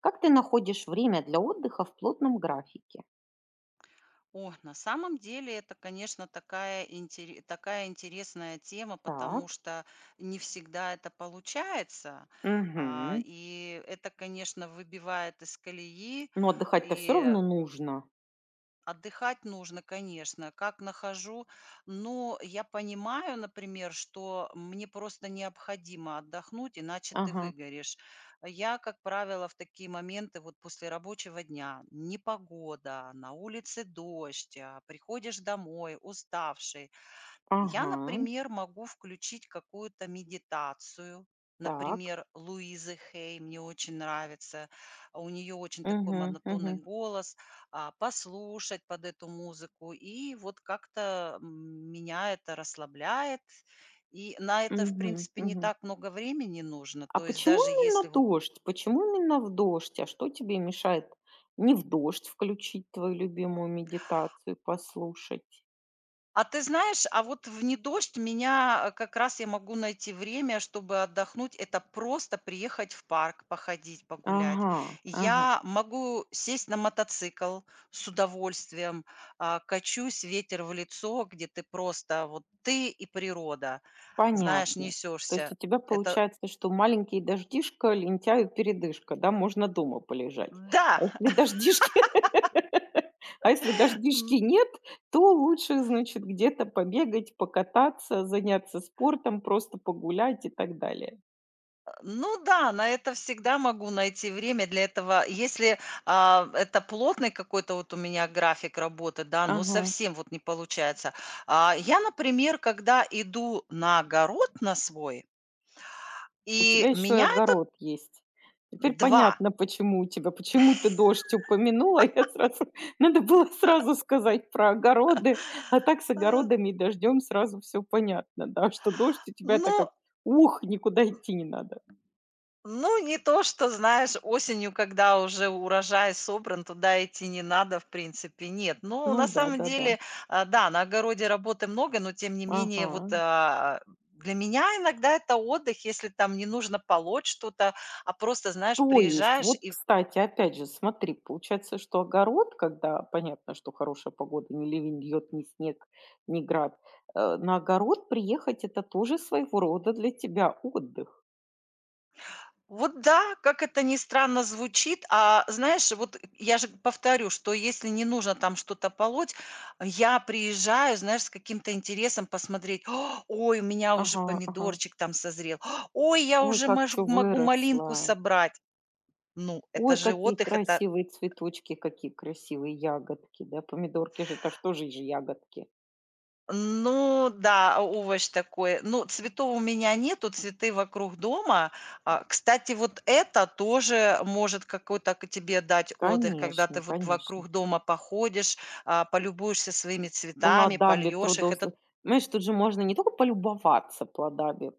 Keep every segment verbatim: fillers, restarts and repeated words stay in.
Как ты находишь время для отдыха в плотном графике? О, на самом деле это, конечно, такая, интере- такая интересная тема, потому Так. что не всегда это получается. А, Мгм. И это, конечно, выбивает из колеи. Но отдыхать-то все И равно нужно. отдыхать нужно, конечно, как нахожу. Но я понимаю, например, что мне просто необходимо отдохнуть, иначе ты Ага. выгоришь. Я, как правило, в такие моменты, вот после рабочего дня, непогода, на улице дождь, а, приходишь домой уставший, я, Ага. например, могу включить какую-то медитацию, Так. например, Луизы Хей, мне очень нравится, а у нее очень такой Мгм. монотонный Мгм. голос, а, послушать под эту музыку, и вот как-то м, меня это расслабляет, и на это, в Мгм. принципе, не Мгм. так много времени нужно, А то есть почему даже если именно вот. дождь? Почему именно в дождь? А что тебе мешает не в дождь включить твою любимую медитацию, послушать? А ты знаешь, а вот в не дождь меня, э, как раз я могу найти время, чтобы отдохнуть. Это просто приехать в парк, походить, погулять. Ага. Ага. Я могу сесть на мотоцикл с удовольствием, а, качусь, ветер в лицо, где ты просто вот ты и природа. Знаешь, Понятно. То есть у несешься. тебя Это получается, что маленький дождишко, лентяю передышка, да, можно дома полежать. да. А если дождишки, а если дождишки нет, то лучше, значит, где-то побегать, покататься, заняться спортом, просто погулять и так далее. Ну да, на это всегда могу найти время для этого. Если а, это плотный какой-то вот у меня график работы, да, ну Ага. совсем вот не получается. А, я, например, когда иду на огород на свой, У и тебя еще и меняет огород есть. Теперь два. понятно, почему у тебя почему ты дождь упомянула. Я сразу надо было сразу сказать про огороды, а так с Э, огородами и дождем сразу все понятно, да, что дождь у тебя — это как: Ну, «Ух, никуда идти не надо». Ну, не то, что, знаешь, осенью, когда уже урожай собран, туда идти не надо, в принципе, нет. Ну, Ну на да, самом да-да. деле, а, да, на огороде работы много, но тем не Ага. менее, вот а, для меня иногда это отдых, если там не нужно полоть что-то, а просто, знаешь, То есть, приезжаешь вот, и. кстати, опять же, смотри, получается, что огород, когда понятно, что хорошая погода, ни ливень льет, ни снег, ни град, э, на огород приехать — это тоже своего рода для тебя отдых. Вот да, как это ни странно звучит, а знаешь, вот я же повторю, что если не нужно там что-то полоть, я приезжаю, знаешь, с каким-то интересом посмотреть: "О, ой, у меня уже Ага, ага. помидорчик там созрел, О, ой, я Ой, уже как мож чё могу выросла. малинку собрать". Ну, Ой, это же какие отдых, это. красивые цветочки, какие красивые ягодки, да, помидорки же, это ж тоже же ягодки. Ну да, овощ такой. Ну, цветов у меня нету, цветы вокруг дома. А, кстати, вот это тоже может какой-то к тебе дать отдых, когда Конечно, ты вот конечно. вокруг дома походишь, а, полюбуешься своими цветами, Плодами польешь их. трудов Это, св Понимаешь, тут же можно не только полюбоваться плодами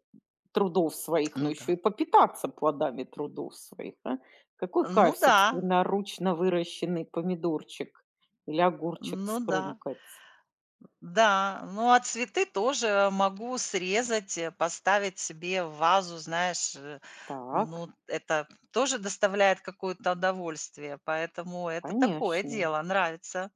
трудов своих, но ну еще да, и попитаться плодами трудов своих, а? Какой ну кайф да, собственноручно выращенный помидорчик или огурчик ну да. скрумкать. Да, ну, а цветы тоже могу срезать, э, поставить себе в вазу, знаешь, э. Так, Ну, это тоже доставляет какое-то удовольствие, поэтому это такое конечно. дело, нравится.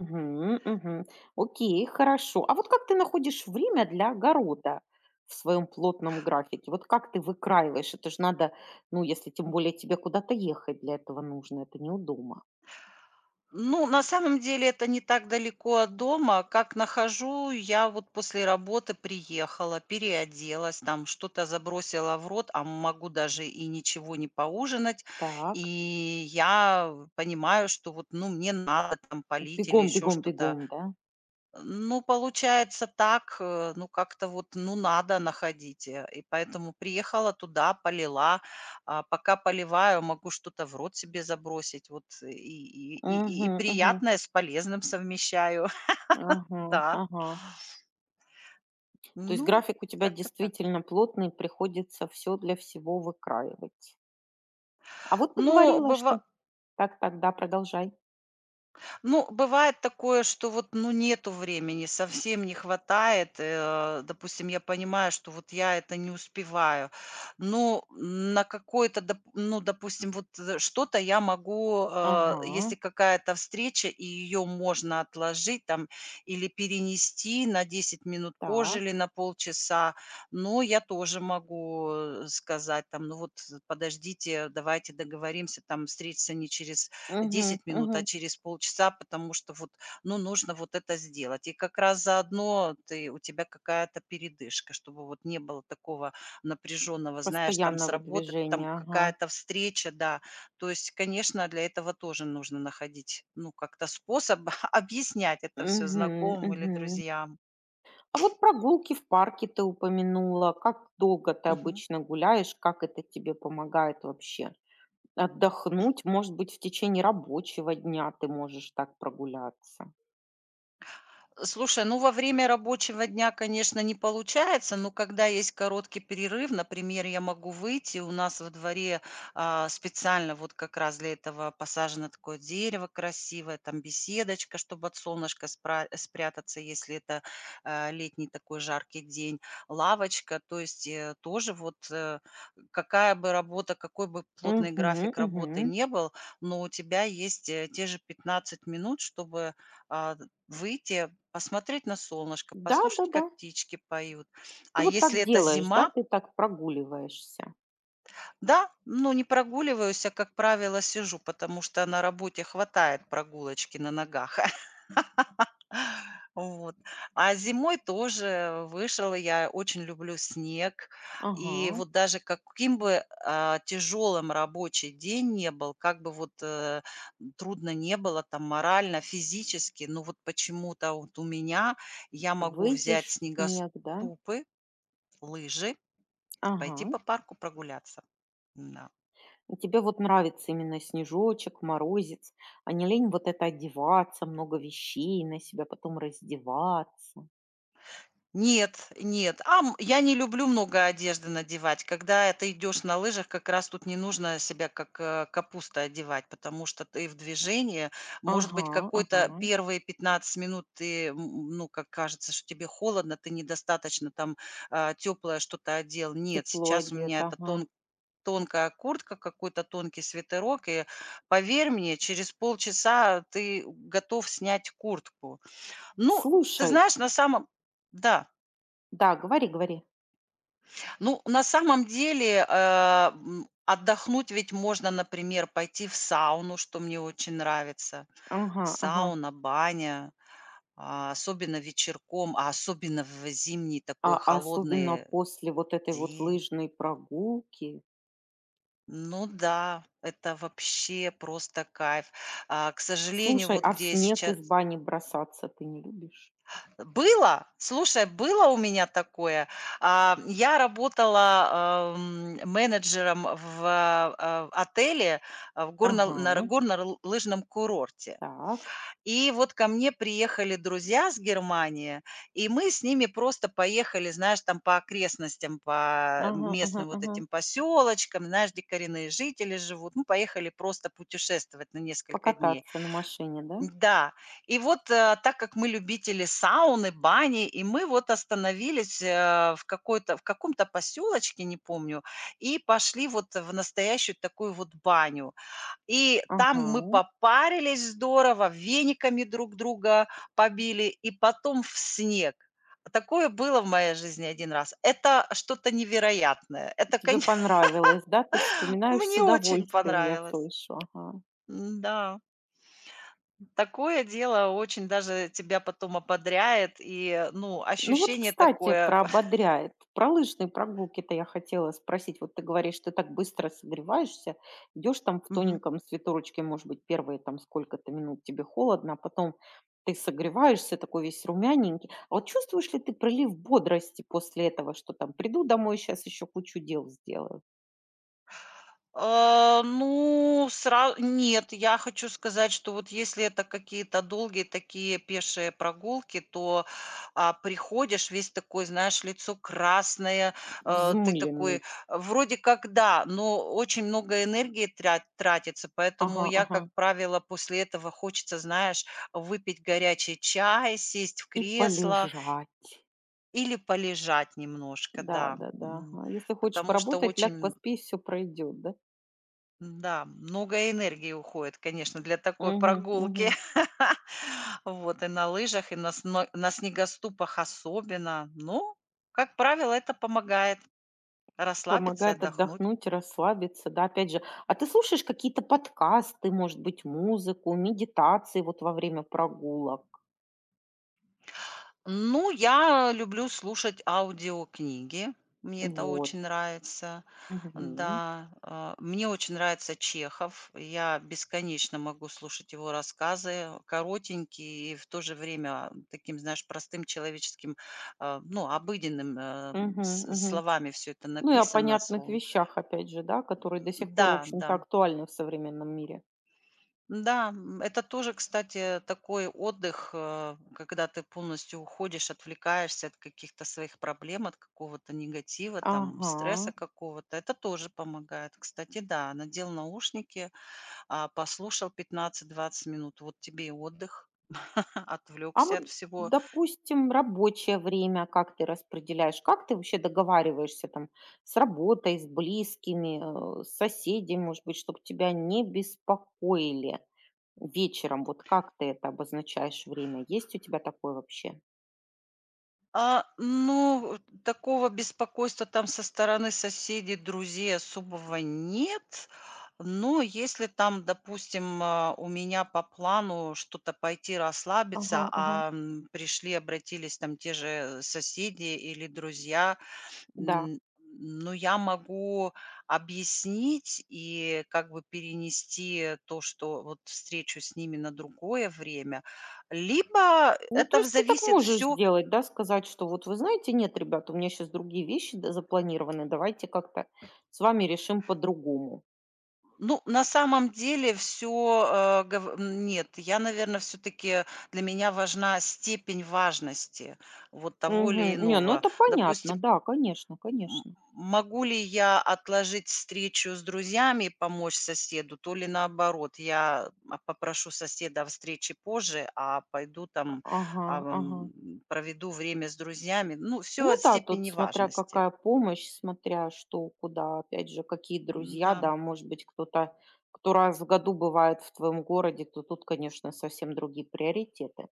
Мгм, мгм. Окей, хорошо. А вот как ты находишь время для огорода в своем плотном графике? Вот как ты выкраиваешь? Это же надо, ну, если тем более тебе куда-то ехать для этого нужно, это не у дома. Ну, на самом деле это не так далеко от дома. Как нахожу, я вот после работы приехала, переоделась, там что-то забросила в рот, а могу даже и ничего не поужинать. И Так, я понимаю, что вот, ну, мне надо там полить или бегом, еще бегом, что-то. бегом, да? Ну, получается так, э, ну, как-то вот, ну, надо находить. э, И поэтому приехала туда, полила. А пока поливаю, могу что-то в рот себе забросить. Вот и, и, и, и Угу, и угу. приятное с полезным совмещаю. Ага, Да, ага. То есть ну, график у тебя как-то так. действительно плотный, приходится все для всего выкраивать. А вот ты Ну, говорила, бывает... что так, так, да, продолжай. Ну, бывает такое, что вот, ну, нету времени, совсем не хватает. Э, допустим, я понимаю, что вот я это не успеваю. Но на какое-то, доп- ну, допустим, вот э, что-то я могу, э, Ага, если какая-то встреча, и ее можно отложить там или перенести на 10 минут позже так. или на полчаса, но я тоже могу э, сказать там, ну вот подождите, давайте договоримся, там встретиться не через Мгм, десять минут, а мгм. через полчаса, потому что вот, ну, нужно вот это сделать. И как раз заодно ты, у тебя какая-то передышка, чтобы вот не было такого напряженного, знаешь, там с Постоянного работы, там движения, ага. какая-то встреча, да. То есть, конечно, для этого тоже нужно находить, ну, как-то способ объяснять это все Мгм, знакомым или мгм. друзьям. А вот прогулки в парке ты упомянула. Как долго ты Мгм. обычно гуляешь? Как это тебе помогает вообще отдохнуть? Может быть, в течение рабочего дня ты можешь так прогуляться? Слушай, ну, во время рабочего дня, конечно, не получается, но когда есть короткий перерыв, например, я могу выйти, у нас во дворе, а, специально вот как раз для этого посажено такое дерево красивое, там беседочка, чтобы от солнышка спра спрятаться, если это, э, летний такой жаркий день, лавочка. То есть, э, тоже вот, э, какая бы работа, какой бы плотный Угу, график работы угу. не был, но у тебя есть, э, те же 15 минут, чтобы, а, выйти, посмотреть на солнышко, послушать, Да-да-да. как птички поют. Ты А вот если так это делаешь, да? зима, Ты так прогуливаешься. да, ну, не прогуливаюсь, а, как правило, сижу, потому что на работе хватает прогулочки на ногах. Вот. А зимой тоже вышла. Я очень люблю снег. Ага. И вот даже каким бы, а, тяжелым рабочий день не был, как бы вот, э, трудно не было там морально, физически, но вот почему-то вот у меня я могу Выйдешь взять в снег, да? снегоступы, лыжи, пойти Ага. по парку прогуляться. Да. И тебе вот нравится именно снежочек, морозец, а не лень вот это одеваться, много вещей на себя, потом раздеваться. Нет, нет. Ам, я не люблю много одежды надевать. Когда ты идешь на лыжах, как раз тут не нужно себя как э, капуста одевать, потому что ты в движении. Может Ага, быть, ага. какой-то первые пятнадцать минут ты, м, ну, как кажется, что тебе холодно, ты недостаточно там а, теплое что-то одел. Нет, Тепло сейчас у одет, меня это ага. тон тонкая куртка, какой-то тонкий свитерок, и поверь мне, через полчаса ты готов снять куртку. Ну, ты Слушай, знаешь, на самом... Да. да, говори, говори. Ну, на самом деле, э, м, отдохнуть ведь можно, например, пойти в сауну, что мне очень нравится. Ага, ага. Сауна, баня, а, особенно вечерком, а особенно в зимний А такой особенно холодный после вот этой вот день. лыжной прогулки. Ну да, это вообще просто кайф. А, к сожалению, Слушай, вот а в где я снег сейчас. из бани бросаться ты не любишь? Было, слушай, было у меня такое. А, я работала, ам, менеджером в, а, отеле, а, в горно на Ага. горнолыжном курорте. Так. И вот ко мне приехали друзья с Германии, и мы с ними просто поехали, знаешь, там по окрестностям, по Ага, ага, местным вот ага. этим поселочкам, знаешь, где коренные жители живут. Мы поехали просто путешествовать на несколько дней. Покататься на машине, да? Да, и вот, э, так как мы любители сауны, бани, и мы вот остановились, э, в какой-то в каком-то поселочке, не помню, и пошли вот в настоящую такую вот баню. И там мы Ага. попарились здорово, вениками друг друга побили, и потом в снег. Такое было в моей жизни один раз. Это что-то невероятное. Это, Тебе коне понравилось, да? Ты вспоминаешь с Мне очень удовольствием, я понравилось. слышу. Ага. Да. Такое дело очень даже тебя потом ободряет, и, ну, Ну вот, ощущение кстати, такое. про ободряет. Про лыжные прогулки-то я хотела спросить. Вот ты говоришь, ты так быстро согреваешься, идешь там в Мгм. тоненьком свитерочке, может быть, первые там сколько-то минут тебе холодно, а потом ты согреваешься, такой весь румяненький. А вот чувствуешь ли ты прилив бодрости после этого, что там приду домой, сейчас еще кучу дел сделаю? А, ну, сразу нет, я хочу сказать, что вот если это какие-то долгие такие пешие прогулки, то, а, приходишь весь такой, знаешь, лицо красное, э, ты такой, э, Взмыленный. вроде как да, но очень много энергии тря тратится, поэтому Ага, я, как ага. правило, после этого хочется, знаешь, выпить горячий чай, сесть в И кресло, полежать. или полежать немножко, да. Да-да-да. М, Ага. Если хочешь потому что поработать, ляг, очень, поспи, все пройдет, да? да, много энергии уходит, конечно, для такой Мгм, прогулки. мгм. Вот, и на лыжах, и на сно на снегоступах особенно. Но, как правило, это помогает расслабиться и Помогает отдохнуть. отдохнуть, расслабиться, да, опять же. А ты слушаешь какие-то подкасты, может быть, музыку, медитации вот во время прогулок? Ну, я люблю слушать аудиокниги. Мне это Вот. очень нравится. Мгм. Да, а, мне очень нравится Чехов. Я бесконечно могу слушать его рассказы, коротенькие и в то же время таким, знаешь, простым человеческим, а, ну, обыденным э, Мгм, с- мгм. словами все это Ну и о написано, понятных словом. вещах, опять же, да, которые до сих пор, в Да, общем-то, да. актуальны в современном мире. Да, м, это тоже, кстати, такой отдых, э, когда ты полностью уходишь, отвлекаешься от каких-то своих проблем, от какого-то негатива, там, Ага. стресса какого-то. Это тоже помогает. Кстати, да, надел наушники, а, послушал 15-20 минут. Вот тебе и отдых. А Отвлекся от вот, всего. допустим, рабочее время как ты распределяешь? Как ты вообще договариваешься там с работой, с близкими, э, с соседями, может быть, чтобы тебя не беспокоили вечером? Вот как ты это обозначаешь время? Есть у тебя такое вообще? А, ну, такого беспокойства там со стороны соседей, друзей особого нет. Но если там, допустим, а, у меня по плану что-то пойти Ага, расслабиться, ага, а м, пришли, обратились там те же соседи или друзья, да. м, ну, я могу объяснить и как бы перенести то, что вот встречу с ними на другое время. Либо Ну, то это в- есть ты так зависит можешь все. сделать, да, сказать, что вот вы знаете, нет, ребята, у меня сейчас другие вещи да, запланированы, давайте как-то с вами решим по-другому. Ну, на самом деле все нет, я, наверное, все таки для меня важна степень важности вот того или Мгм. Не, ну иного. это понятно, Допустим, да, конечно, м конечно. могу ли я отложить встречу с друзьями помочь соседу, то ли наоборот, я, а, попрошу соседа о встрече позже, а пойду там, Ага, ага. ам, проведу время с друзьями. Ну, все Ну от да, тут степени смотря важности. какая помощь, смотря что, куда, опять же, какие друзья, Да. да, может быть, кто-то, кто раз в году бывает в твоем городе, то тут, конечно, совсем другие приоритеты.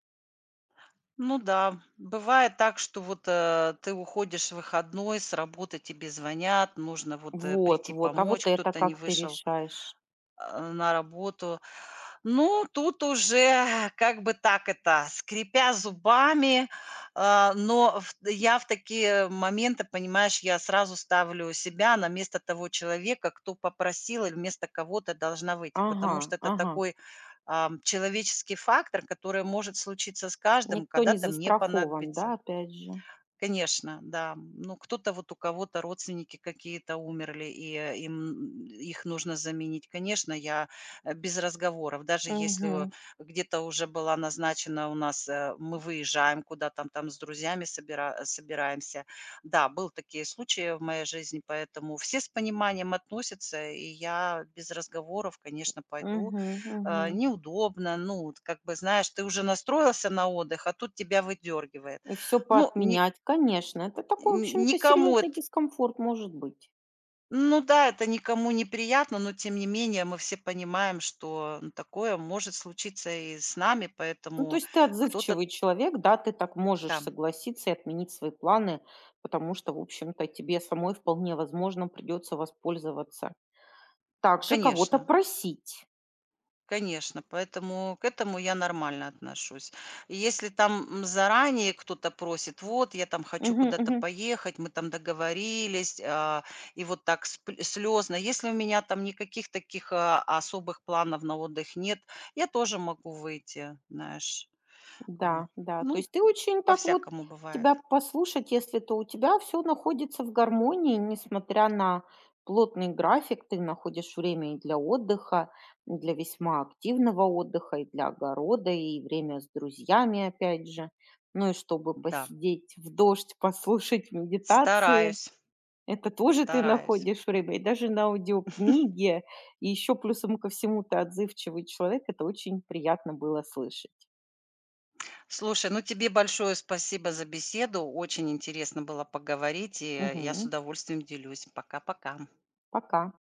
Ну да, бывает так, что вот, э, ты уходишь в выходной, с работы тебе звонят, нужно вот, э, Вот, прийти вот, а помочь, вот это кто-то не как ты вышел. решаешь? Э, на работу. Ну, тут уже как бы так это, скрипя зубами, а, но в я в такие моменты, понимаешь, я сразу ставлю себя на место того человека, кто попросил или вместо кого-то должна выйти, Ага, потому что это ага. такой, ам, человеческий фактор, который может случиться с каждым, Никто не когда-то мне застрахован, да, понадобится. опять же. Конечно, да. Ну, кто-то вот у кого-то родственники какие-то умерли, и э, им их нужно заменить. Конечно, я э, без разговоров. Даже если э, Угу, где-то уже была назначена у нас, э, мы выезжаем куда-то там, там с друзьями собира- э, собираемся. Да, был такие случаи в моей жизни, поэтому все с пониманием относятся, и я без разговоров, конечно, пойду. угу, Э, мгм. Неудобно, ну, вот как бы, знаешь, ты уже настроился на отдых, а тут тебя выдергивает. И все ну, не, поотменять, конечно. Это такой, в Н общем-то, никому серьезный это, дискомфорт может быть. ну да, это никому неприятно, но тем не менее мы все понимаем, что, ну, такое может случиться и с нами, Ну, то поэтому есть ты кто-то отзывчивый человек, да, ты так можешь да, согласиться и отменить свои планы, потому что, в общем-то, тебе самой вполне возможно придется воспользоваться. Также кого-то конечно, просить. конечно, поэтому к этому я нормально отношусь. И если там, м, заранее кто-то просит: "Вот, я там хочу Мгм, куда-то мгм. поехать, мы там договорились", а, и вот так слезно. Если у меня там никаких таких, а, особых планов на отдых нет, я тоже могу выйти, знаешь. А, Да, да. То ну, есть ты очень так вот по-всякому бывает. тебя послушать, если то у тебя все находится в гармонии, несмотря на плотный график, ты находишь время и для отдыха, и для весьма активного отдыха, и для огорода, и время с друзьями, опять же. Ну и чтобы Да, посидеть в дождь, послушать медитации, стараюсь, это тоже ты стараюсь. находишь время. И даже на аудиокниге, и еще плюсом ко всему ты отзывчивый человек, это очень приятно было слышать. Слушай, ну тебе большое спасибо за беседу. Очень интересно было поговорить, и я с Мгм. удовольствием делюсь. Пока-пока. Пока.